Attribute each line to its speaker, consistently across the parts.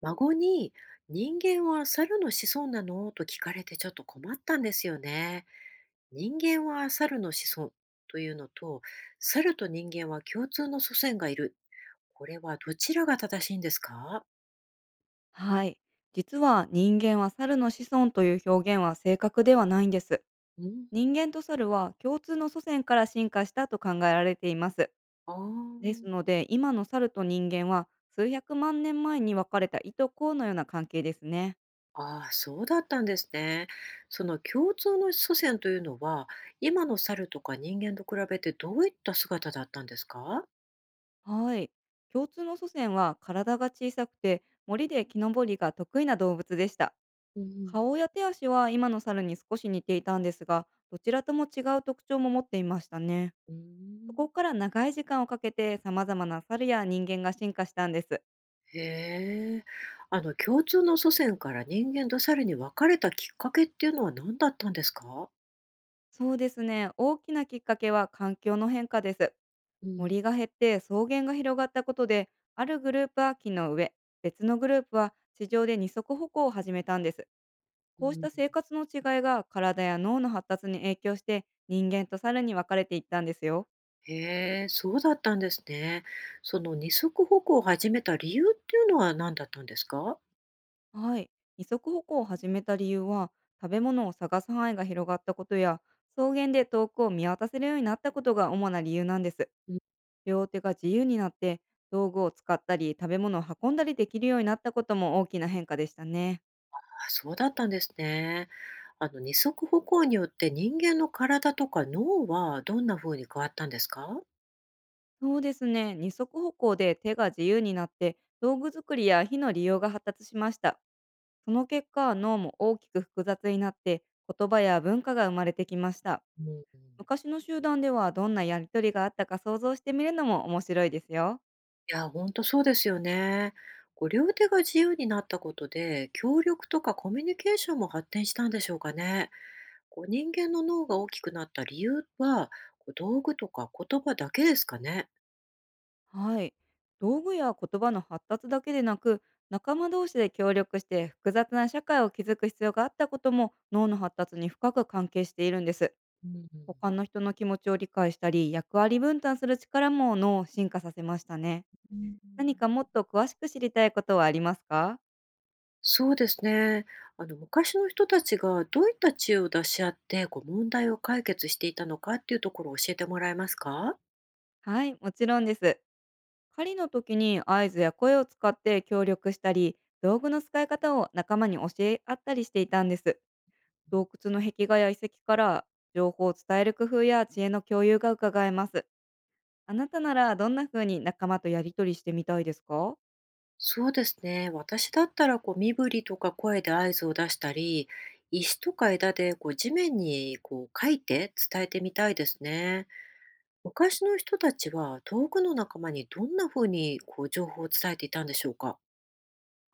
Speaker 1: 孫に「人間は猿の子孫なの？」と聞かれてちょっと困ったんですよね。人間は猿の子孫というのと、猿と人間は共通の祖先がいる。これはどちらが正しいんですか？
Speaker 2: はい。実は人間は猿の子孫という表現は正確ではないんです。
Speaker 1: うん。
Speaker 2: 人間と猿は共通の祖先から進化したと考えられています。
Speaker 1: あ
Speaker 2: です
Speaker 1: ー、
Speaker 2: ので、今の猿と人間は数百万年前に分かれたいとこのような関係ですね。
Speaker 1: あー、そうだったんですね。その共通の祖先というのは、今の猿とか人間と比べてどういった姿だったんですか？
Speaker 2: はい。共通の祖先は体が小さくて森で木登りが得意な動物でした。
Speaker 1: うん。
Speaker 2: 顔や手足は今の猿に少し似ていたんですが、どちらとも違う特徴も持っていましたね。
Speaker 1: うー
Speaker 2: そ
Speaker 1: ん。
Speaker 2: こから長い時間をかけて様々な猿や人間が進化したんです。
Speaker 1: へえ。共通の祖先から人間と猿に分かれたきっかけっていうのは何だったんですか？
Speaker 2: そうですね。大きなきっかけは環境の変化です。
Speaker 1: うん。
Speaker 2: 森が減って草原が広がったことで、あるグループは木の上、別のグループは地上で二足歩行を始めたんです。
Speaker 1: う
Speaker 2: こうし
Speaker 1: ん。
Speaker 2: た生活の違いが体や脳の発達に影響して人間と猿に分かれていったんですよ。
Speaker 1: へえ、そうだったんですね。その二足歩行を始めた理由っていうのは何だったんですか？
Speaker 2: はい。二足歩行を始めた理由は、食べ物を探す範囲が広がったことや、草原で遠くを見渡せるようになったことが主な理由なんです。
Speaker 1: うん。
Speaker 2: 両手が自由になって、道具を使ったり、食べ物を運んだりできるようになったことも大きな変化でしたね。
Speaker 1: あ、そうだったんですね。二足歩行によって人間の体とか脳はどんな風に変わったんですか？
Speaker 2: そうですね。二足歩行で手が自由になって、道具作りや火の利用が発達しました。その結果、脳も大きく複雑になって、言葉や文化が生まれてきました。
Speaker 1: うん。
Speaker 2: 昔の集団ではどんなやりとりがあったか想像してみるのも面白いですよ。
Speaker 1: いや、本当そうですよね。両手が自由になったことで、協力とかコミュニケーションも発展したんでしょうかね。人間の脳が大きくなった理由は、道具とか言葉だけですかね。
Speaker 2: はい。道具や言葉の発達だけでなく、仲間同士で協力して複雑な社会を築く必要があったことも脳の発達に深く関係しているんです。
Speaker 1: うん。
Speaker 2: 他の人の気持ちを理解したり、役割分担する力も脳を進化させましたね。
Speaker 1: うん、
Speaker 2: 何かもっと詳しく知りたいことはありますか？
Speaker 1: そうですね。あの昔の人たちがどういった知恵を出し合って、問題を解決していたのかっていうところを教えてもらえますか？
Speaker 2: はい、もちろんです。狩りの時に合図や声を使って協力したり、道具の使い方を仲間に教え合ったりしていたんです。洞窟の壁画や遺跡から情報を伝える工夫や知恵の共有が伺えます。あなたならどんな風に仲間とやり取りしてみたいですか？
Speaker 1: そうですね。私だったら身振りとか声で合図を出したり、石とか枝で地面に書いて伝えてみたいですね。昔の人たちは遠くの仲間にどんなふうに情報を伝えていたんでしょうか。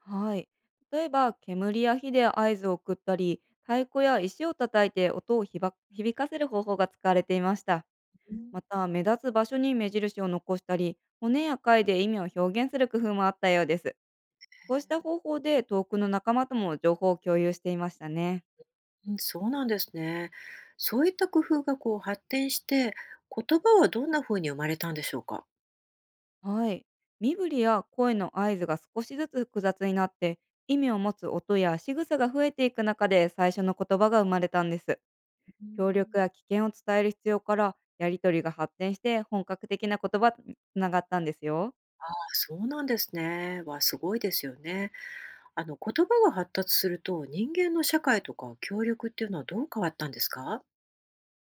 Speaker 2: はい。例えば、煙や火で合図を送ったり、太鼓や石を叩いて音をひば響かせる方法が使われていました。
Speaker 1: うん。
Speaker 2: また、目立つ場所に目印を残したり、骨や貝で意味を表現する工夫もあったようです。こうした方法で遠くの仲間とも情報を共有していましたね。
Speaker 1: うん、そうなんですね。そういった工夫が発展して、言葉はどんなふうに生まれたんでしょうか。
Speaker 2: はい。身振りや声の合図が少しずつ複雑になって、意味を持つ音や仕草が増えていく中で最初の言葉が生まれたんです。
Speaker 1: うん。
Speaker 2: 協力や危険を伝える必要から、やりとりが発展して本格的な言葉につながったんですよ。
Speaker 1: あ、そうなんですね。わ、すごいですよね。あの言葉が発達すると人間の社会とか協力っていうのはどう変わったんですか？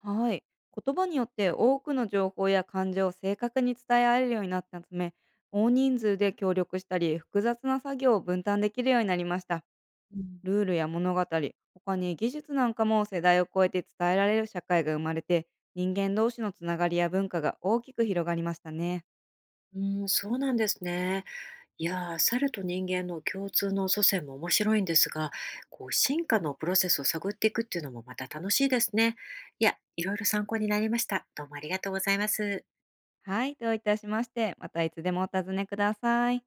Speaker 2: はい。言葉によって多くの情報や感情を正確に伝えられるようになったため、大人数で協力したり、複雑な作業を分担できるようになりました。
Speaker 1: うん、
Speaker 2: ルールや物語、他に技術なんかも世代を超えて伝えられる社会が生まれて、人間同士のつながりや文化が大きく広がりましたね。
Speaker 1: うーん、そうなんですね。いやー、猿と人間の共通の祖先も面白いんですが、進化のプロセスを探っていくっていうのもまた楽しいですね。いや、いろいろ参考になりました。どうもありがとうございます。
Speaker 2: はい、どういたしまして、またいつでもお尋ねください。